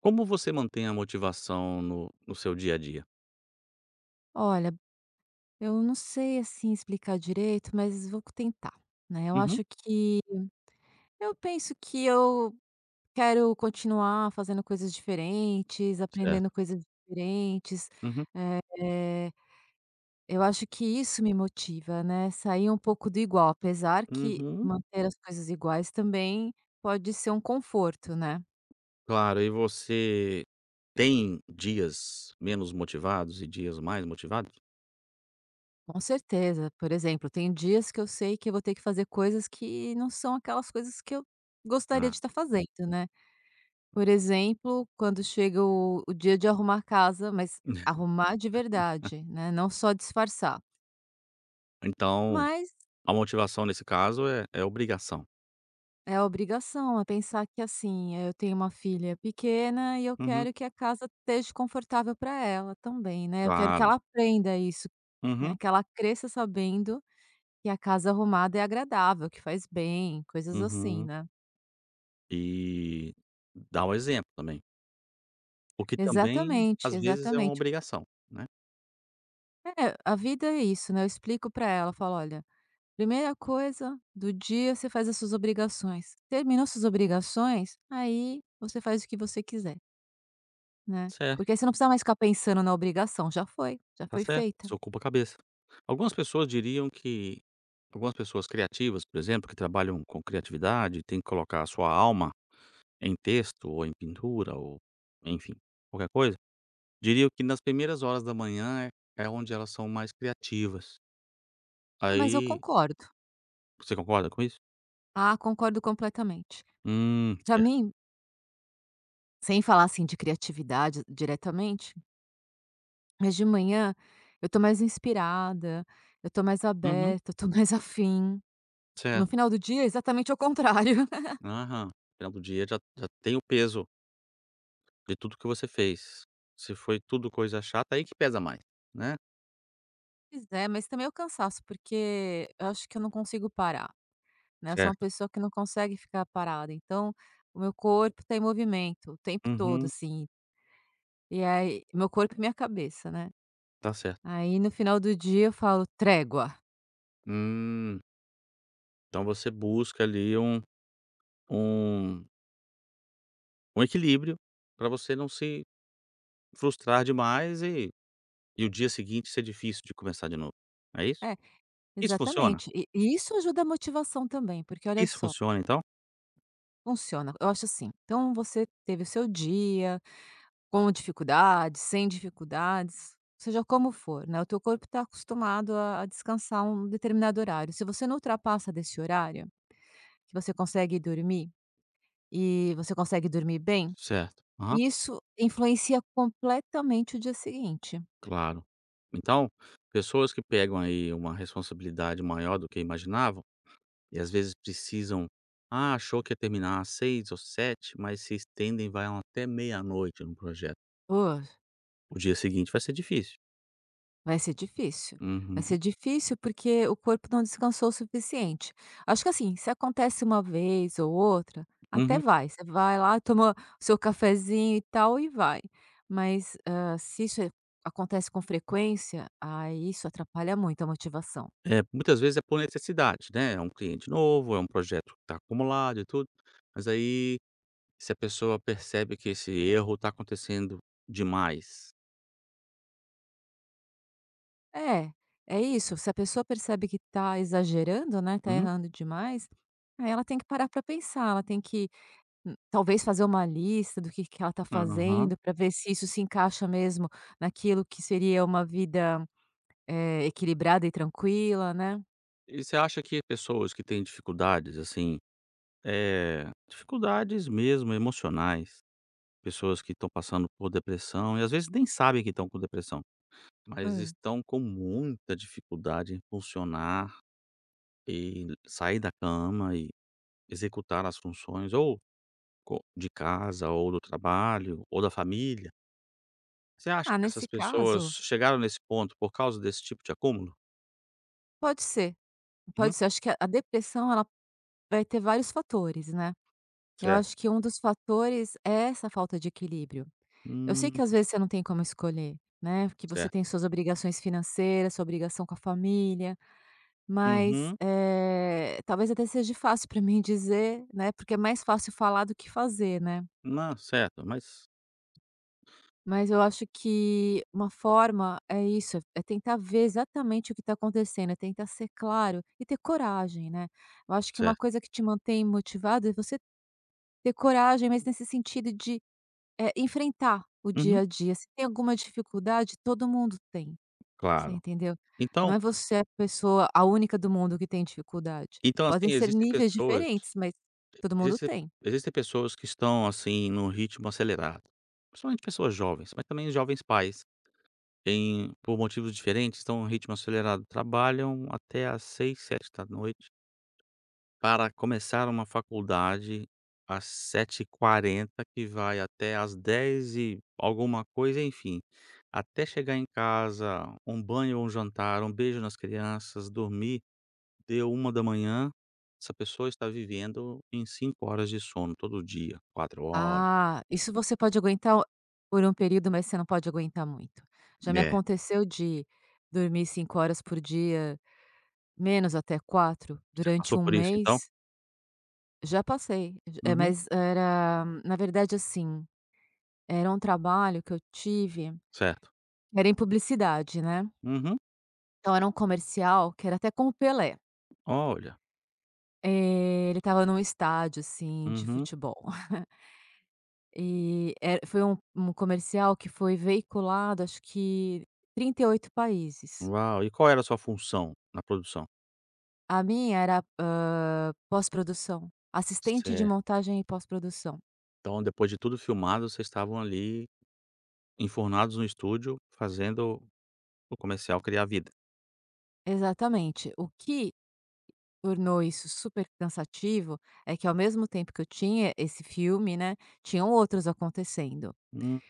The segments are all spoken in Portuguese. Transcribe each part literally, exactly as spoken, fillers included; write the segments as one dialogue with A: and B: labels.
A: Como você mantém a motivação no no seu dia a dia?
B: Olha, eu não sei, assim, explicar direito, mas vou tentar, né. Eu
A: Uhum,
B: acho que eu penso que eu quero continuar fazendo coisas diferentes, aprendendo
A: certo.
B: coisas diferentes,
A: Uhum,
B: eh, eu acho que isso me motiva, né, sair um pouco do igual, apesar que
A: uhum.
B: manter as coisas iguais também pode ser um conforto, né.
A: Claro, e você tem dias menos motivados e dias mais motivados?
B: Com certeza, por exemplo, tem dias que eu sei que eu vou ter que fazer coisas que não são aquelas coisas que eu gostaria de
A: Ah,
B: estar fazendo, né. Por exemplo, quando chega o o dia de arrumar casa, mas arrumar de verdade, né, não só disfarçar.
A: então
B: Mas
A: a motivação nesse caso é é obrigação.
B: é a obrigação, é pensar que, assim, eu tenho uma filha pequena e eu
A: Uhum,
B: quero que a casa esteja confortável para ela também, né, eu quero que
A: claro.
B: ela aprenda isso,
A: Uhum,
B: né, que ela cresça sabendo que a casa arrumada é agradável, que faz bem, coisas assim,
A: uhum.
B: né.
A: E dá um exemplo também, o que também
B: Exatamente,
A: às vezes é uma
B: exatamente.
A: obrigação, né.
B: É, a vida é isso, né, eu explico para ela, eu falo: "Olha, primeira coisa do dia, você faz as suas obrigações. Terminou suas obrigações, aí você faz o que você quiser, né.
A: Certo.
B: Porque aí você não precisa mais ficar pensando na obrigação, já foi, já
A: Tá
B: foi
A: certo,
B: feita."
A: isso ocupa a cabeça. Algumas pessoas diriam que algumas pessoas criativas, por exemplo, que trabalham com criatividade, têm que colocar a sua alma em texto ou em pintura ou, enfim, qualquer coisa, diriam que nas primeiras horas da manhã é é onde elas são mais criativas.
B: "Ah, mas eu
A: Aí
B: concordo."
A: você concorda com isso?
B: "Ah, concordo completamente."
A: Hum,
B: Pra
A: certo.
B: mim, sem falar, assim, de criatividade diretamente, mas de manhã eu tô mais inspirada, eu tô mais
A: Uhum,
B: aberta, eu tô mais afim. No
A: certo.
B: final do dia, é exatamente ao contrário.
A: Aham. No final do dia já já tem o peso de tudo que você fez. Se foi tudo coisa chata, aí que pesa mais, né.
B: Pois é, mas também é o cansaço, porque eu acho que eu não consigo parar, né? Eu sou uma
A: Certo.
B: pessoa que não consegue ficar parada, então o meu corpo tá em movimento o tempo todo,
A: Uhum,
B: assim. E aí meu corpo e minha cabeça, né.
A: tá certo.
B: Aí no final do dia eu falo: "Trégua".
A: Hum, então você busca ali um um um equilíbrio para você não se frustrar demais e e o dia seguinte ser difícil de começar de novo, é isso?
B: É,
A: Isso funciona?
B: exatamente. E e isso ajuda a motivação também, porque olha
A: Isso
B: só,
A: funciona então?
B: funciona. Eu acho assim, então você teve o seu dia com dificuldades, sem dificuldades, seja como for, né, o teu corpo está acostumado a a descansar um determinado horário. Se você não ultrapassa desse horário, que você consegue dormir. E você consegue dormir bem,
A: Certo, aham,
B: isso influencia completamente o dia seguinte.
A: claro. Então, pessoas que pegam aí uma responsabilidade maior do que imaginavam e às vezes precisam, ah, achou que ia terminar às seis ou sete, mas se estendem, vai até meia-noite no projeto.
B: Pô,
A: O dia seguinte vai ser difícil.
B: vai ser difícil. Vai ser
A: Uhum,
B: difícil porque o corpo não descansou o suficiente. Acho que assim, se acontece uma vez ou outra, até
A: uhum.
B: vai. Você vai lá, toma o seu cafezinho e tal e vai. Mas, hã, se isso é- acontece com frequência, aí isso atrapalha muito a motivação.
A: É, muitas vezes é por necessidade, né, é um cliente novo, é um projeto que está acumulado e tudo, mas aí se a pessoa percebe que esse erro está acontecendo demais.
B: É, é isso. Se a pessoa percebe que está exagerando, né, está
A: Uhum,
B: errando demais, aí ela tem que parar para pensar, ela tem que, hum, talvez fazer uma lista do que que ela está
A: aham.
B: fazendo para ver se isso se encaixa mesmo naquilo que seria uma vida, eh, equilibrada e tranquila, né.
A: E você acha que pessoas que têm dificuldades, assim, é dificuldades mesmo emocionais, pessoas que estão passando por depressão e às vezes nem sabem que estão com depressão, mas
B: Hã.
A: estão com muita dificuldade em funcionar e sair da cama e executar as funções ou Co de casa ou do trabalho ou da família. Você acha
B: Ah,
A: que essas
B: nesse
A: pessoas
B: caso,
A: chegaram nesse ponto por causa desse tipo de acúmulo?
B: pode ser,
A: Uhum.
B: pode ser. Acho que a a depressão ela vai ter vários fatores, né. Eu
A: Certo.
B: acho que um dos fatores é essa falta de equilíbrio. Eu sei que
A: Hum,
B: às vezes você não tem como escolher, né, que você
A: certo.
B: tem suas obrigações financeiras, sua obrigação com a família, mas,
A: Uhum.
B: eh, talvez até seja fácil para mim dizer, né, porque é mais fácil falar do que fazer, né.
A: Não, certo, mas
B: Mas eu acho que uma forma é isso, é tentar ver exatamente o que está acontecendo, é tentar ser claro e ter coragem, né. Eu acho que uma
A: certo.
B: coisa que te mantém motivado é você ter coragem, mas nesse sentido de, eh, enfrentar o dia
A: Uhum.
B: a dia. Se tem alguma dificuldade, todo mundo tem. Você
A: Claro.
B: entendeu? Não
A: Então
B: é você a pessoa, a única do mundo que tem dificuldade.
A: então,
B: Podem
A: assim,
B: ser
A: existem
B: níveis
A: pessoas
B: diferentes, mas todo mundo
A: existem
B: tem.
A: existem pessoas que estão, assim, num ritmo acelerado, principalmente pessoas jovens, mas também jovens pais, em por motivos diferentes, estão em um ritmo acelerado, trabalham até às seis, sete da noite. Para começar uma faculdade às sete e quarenta que vai até às dez e alguma coisa, enfim. Até chegar em casa, um banho, um jantar, um beijo nas crianças, dormir, deu uma da manhã, essa pessoa está vivendo em cinco horas de sono todo dia, quatro horas.
B: Ah, isso você pode aguentar por um período, mas você não pode aguentar muito. Já me
A: É,
B: aconteceu de dormir cinco horas por dia, menos até quatro
A: você
B: durante
A: passou
B: um
A: por isso então?
B: mês. Já passei, j eh,
A: Uhum,
B: mas era na verdade, assim, era um trabalho que eu tive,
A: certo.
B: era em publicidade, né.
A: Uhum.
B: Então era um comercial que era até com o Pelé.
A: Olha,
B: Eh, ele estava num estádio, assim, de
A: uhum.
B: futebol. E era foi um um comercial que foi veiculado, acho que trinta e oito países.
A: Uau, e qual era a sua função na produção?
B: A minha era, hã, pós-produção, assistente de
A: Certo,
B: montagem e pós-produção.
A: então depois de tudo filmado, vocês estavam ali enfurnados no estúdio, fazendo o comercial criar vida.
B: Exatamente. O que tornou isso super cansativo, é que ao mesmo tempo que eu tinha esse filme, né, tinham outros acontecendo
A: Hum,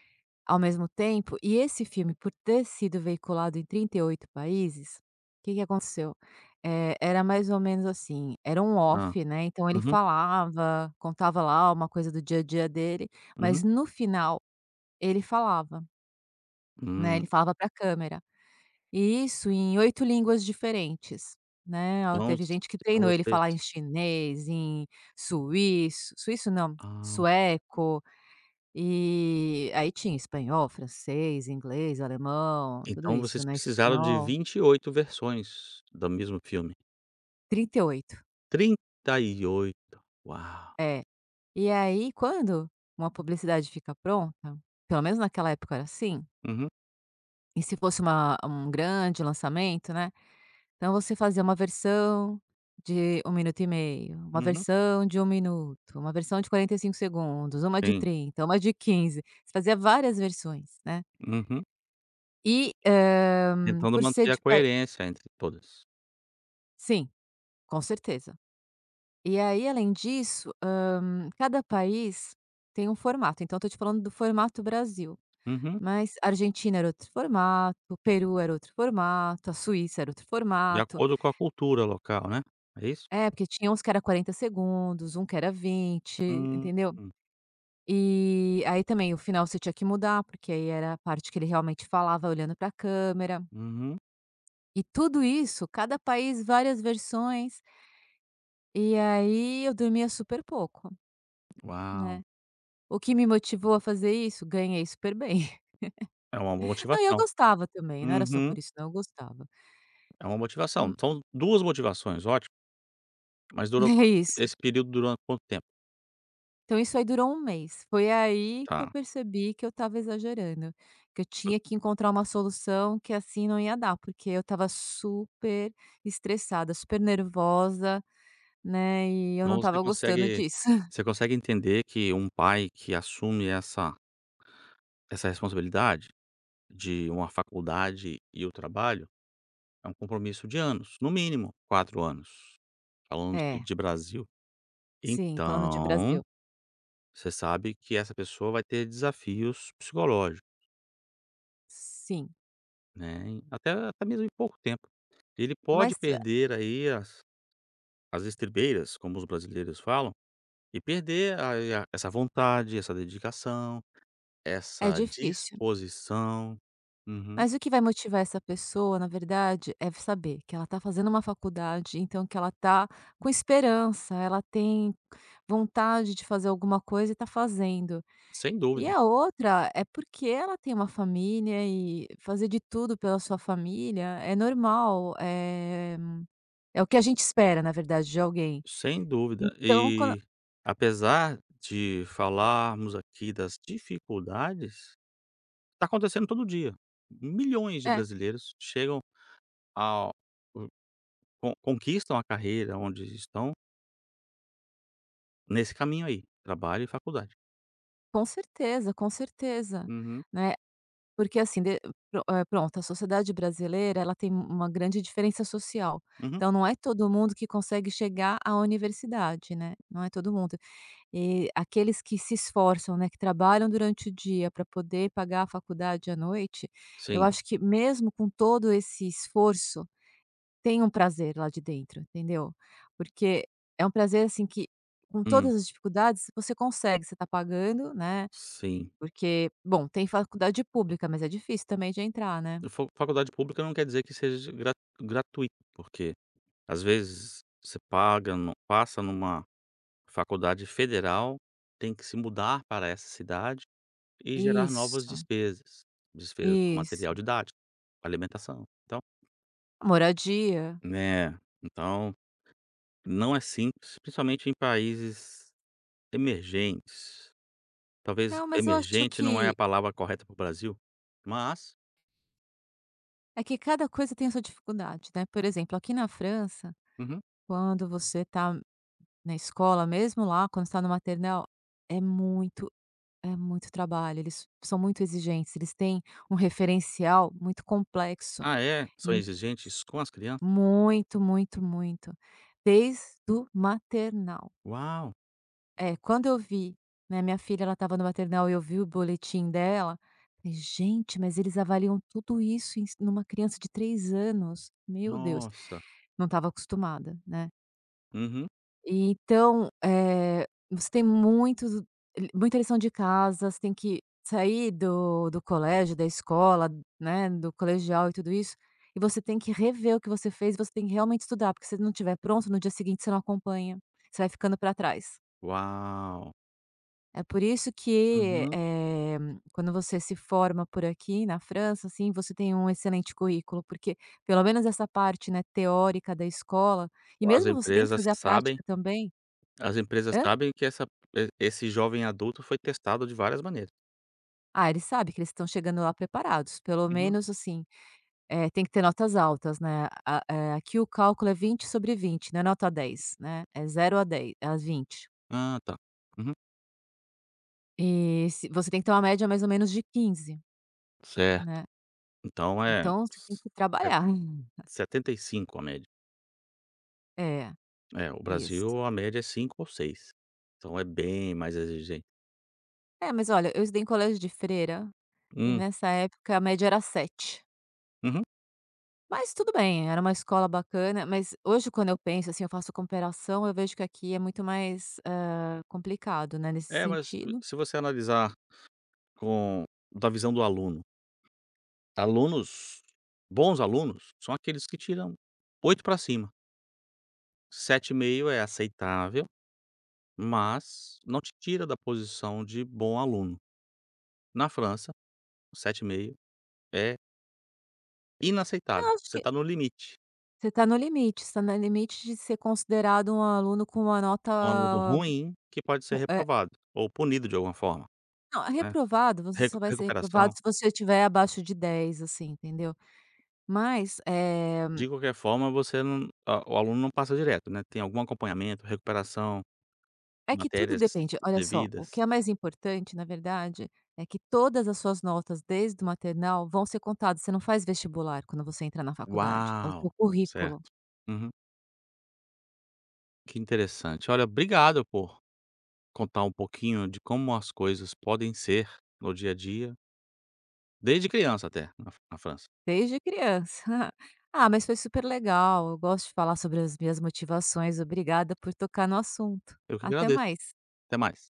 B: ao mesmo tempo, e esse filme por ter sido veiculado em trinta e oito países, o que que aconteceu? Eh, era mais ou menos assim, era um
A: hã.
B: off, né, então ele
A: Uhum,
B: falava, contava lá uma coisa do dia a dia dele, mas
A: uhum.
B: no final ele falava, né, ele
A: Hum,
B: falava para a câmera. Isso, em oito línguas diferentes, né. Ó,
A: então
B: teve
A: s
B: gente que
A: então
B: treinou ele
A: vocês
B: falar em chinês, em suíço suíço não,
A: ah,
B: sueco, e aí tinha espanhol, francês, inglês, alemão, tudo
A: então
B: isso,
A: vocês
B: né,
A: precisaram de
B: espanhol.
A: vinte e oito versões do mesmo filme.
B: Trinta e oito.
A: trinta e oito. Uau!
B: É. E aí quando uma publicidade fica pronta, pelo menos naquela época era assim,
A: Uhum,
B: e se fosse uma um grande lançamento, né, então você fazia uma versão de um minuto e meio, uma
A: uhum.
B: versão de um minuto, uma versão de quarenta e cinco segundos, uma de
A: Sim.
B: trinta, uma de quinze. Você fazia várias versões, né.
A: Uhum.
B: E, hã,
A: Tentando
B: por ser
A: manter a
B: de pa
A: coerência entre todas.
B: sim, com certeza. E aí além disso, hã, cada país tem um formato, então eu tô te falando do formato Brasil,
A: Uhum.
B: mas a Argentina era outro formato, o Peru era outro formato, a Suíça era outro
A: De
B: formato.
A: acordo com a cultura local, né, é isso?
B: É, porque tinha uns que era quarenta segundos, um que era vinte,
A: Hum,
B: entendeu? E aí também o final você tinha que mudar, porque aí era a parte que ele realmente falava olhando para a câmera.
A: uhum.
B: E tudo isso, cada país, várias versões. E aí eu dormia super pouco, né.
A: Uau!
B: O que me motivou a fazer isso? Ganhei super bem.
A: É uma
B: Não, e eu
A: motivação.
B: gostava também, não era só
A: Uhum.
B: por isso não, eu gostava.
A: É uma motivação.
B: Hum,
A: São duas motivações, ótimo. Mas durou
B: é
A: quanto
B: isso.
A: esse período durou quanto tempo?
B: Então isso aí durou um mês. Foi aí que eu
A: Tá.
B: percebi que eu estava exagerando, que eu tinha que encontrar uma solução, que assim não ia dar, porque eu estava super estressada, super nervosa, né, e eu não
A: Então você
B: estava gostando
A: consegue
B: disso.
A: você consegue entender que um pai que assume essa essa responsabilidade de uma faculdade e o trabalho, é um compromisso de anos, no mínimo quatro anos, falando
B: É,
A: de Brasil.
B: sim, falando de
A: Então,
B: Brasil.
A: você sabe que essa pessoa vai ter desafios psicológicos,
B: Sim,
A: né, Em- até até mesmo em pouco tempo. Ele pode
B: mas
A: perder aí as As estribeiras, como os brasileiros falam, e perder a a essa vontade, essa dedicação,
B: é
A: essa
B: difícil.
A: disposição. Uhum.
B: Mas o que vai motivar essa pessoa, na verdade, é saber que ela está fazendo uma faculdade, então que ela está com esperança, ela tem vontade de fazer alguma coisa e está fazendo.
A: Sem
B: E
A: dúvida,
B: a outra é porque ela tem uma família e fazer de tudo pela sua família é normal, é é o que a gente espera, na verdade, de alguém.
A: sem dúvida.
B: Então quando
A: E apesar de falarmos aqui das dificuldades, está acontecendo todo dia. Milhões de
B: é,
A: brasileiros chegam ao, con conquistam a carreira onde estão nesse caminho aí, trabalho e faculdade.
B: com certeza, com certeza,
A: Uhum,
B: né. Porque assim de pro eh, pronto, a sociedade brasileira, ela tem uma grande diferença social,
A: uhum.
B: então não é todo mundo que consegue chegar à universidade, né, não é todo mundo. E aqueles que se esforçam, né, que trabalham durante o dia para poder pagar a faculdade à noite, eu
A: Sim.
B: acho que mesmo com todo esse esforço, tem um prazer lá de dentro, entendeu? Porque é um prazer, assim, que com
A: Hum,
B: todas as dificuldades você consegue, você está pagando, né,
A: sim.
B: porque, bom, tem faculdade pública, mas é difícil também de entrar, né.
A: Fa faculdade pública não quer dizer que seja gra gratuito, porque às vezes você paga, nu passa numa faculdade federal, tem que se mudar para essa cidade e gerar novas
B: Isso,
A: despesas, despesas com material
B: isso.
A: didático, alimentação, então,
B: Moradia.
A: né, então não é simples, principalmente em países emergentes, talvez
B: Não, mas eu acho
A: emergente não é
B: que
A: a palavra correta para o Brasil, mas.
B: é que cada coisa tem a sua dificuldade, né. Por exemplo, aqui na França.
A: Uhum.
B: Quando você está na escola, mesmo lá, quando está no maternal, é muito, é muito trabalho. Eles são muito exigentes, eles têm um referencial muito complexo,
A: Ah é? São
B: e
A: exigentes com as crianças?
B: muito, muito, muito, desde o maternal.
A: Uau,
B: É, quando eu vi, né, minha filha, ela estava no maternal e eu vi o boletim dela, falei: "Gente, mas eles avaliam tudo isso em s numa criança de três anos, meu Deus".
A: nossa.
B: Não estava acostumada, né.
A: Uhum.
B: E então, eh, você tem muitos, muita lição de casa, você tem que sair do do colégio, da escola, né, do colegial e tudo isso, e você tem que rever o que você fez, você tem que realmente estudar, porque se não estiver pronto, no dia seguinte você não acompanha, você vai ficando para trás.
A: Uau!
B: É por isso que,
A: Uhum.
B: eh, quando você se forma por aqui na França, assim, você tem um excelente currículo, porque pelo menos essa parte, né, teórica da escola, e
A: As
B: mesmo você tem que
A: empresas
B: fazer a
A: sabem
B: prática também.
A: as empresas
B: Hã?
A: sabem que essa e esse jovem adulto foi testado de várias maneiras.
B: Ah, ele sabe que eles estão chegando lá preparados, pelo
A: Uhum.
B: menos assim, eh, tem que ter notas altas, né. A eh, aqui o cálculo é vinte sobre vinte, não é nota dez, né, é zero a dez, a vinte.
A: Ah, tá. Uhum.
B: E se você tem que ter uma média mais ou menos de quinze,
A: Certo.
B: né,
A: Então é
B: então você tem que trabalhar.
A: se setenta e cinco a média.
B: É,
A: É, o
B: isso.
A: Brasil a média é cinco ou seis. Então é bem mais exigente.
B: É, mas olha, eu estudei em colégio de freira, e
A: Hum,
B: nessa época a média era sete.
A: uhum.
B: Mas tudo bem, era uma escola bacana, mas hoje quando eu penso, assim, eu faço comparação, eu vejo que aqui é muito mais, hã, complicado, né, nesse
A: É, mas
B: sentido.
A: se você analisar com da visão do aluno, alunos bons alunos são aqueles que tiram oito para cima, sete e meio é aceitável. Mas não te tira da posição de bom aluno. Na França, sete e meio é inaceitável,
B: Eu acho
A: você
B: que
A: está no limite.
B: você está no limite, você tá no limite de ser considerado um aluno com uma nota,
A: Um aluno ruim que pode ser
B: eh,
A: reprovado ou punido de alguma forma,
B: não, é
A: né,
B: reprovado, você
A: recu
B: só vai ser reprovado
A: recuperação.
B: se você estiver abaixo de dez, assim, entendeu. Mas, eh,
A: De qualquer forma, você não a o aluno não passa direto, né, tem algum acompanhamento, recuperação,
B: é que tudo
A: matérias
B: depende, olha só, o que
A: devidas.
B: é mais importante, na verdade, é que todas as suas notas desde o maternal vão ser contadas, você não faz vestibular quando você entra na faculdade, é o
A: Uau!
B: teu currículo.
A: Certo. Uhum. Que interessante. Olha, obrigado por contar um pouquinho de como as coisas podem ser no dia a dia. Desde criança até, na Fran na França.
B: Desde criança. Ah, mas foi super legal. Eu gosto de falar sobre as minhas motivações. Obrigada por tocar no assunto.
A: Eu que
B: Até
A: agradeço,
B: mais.
A: até mais.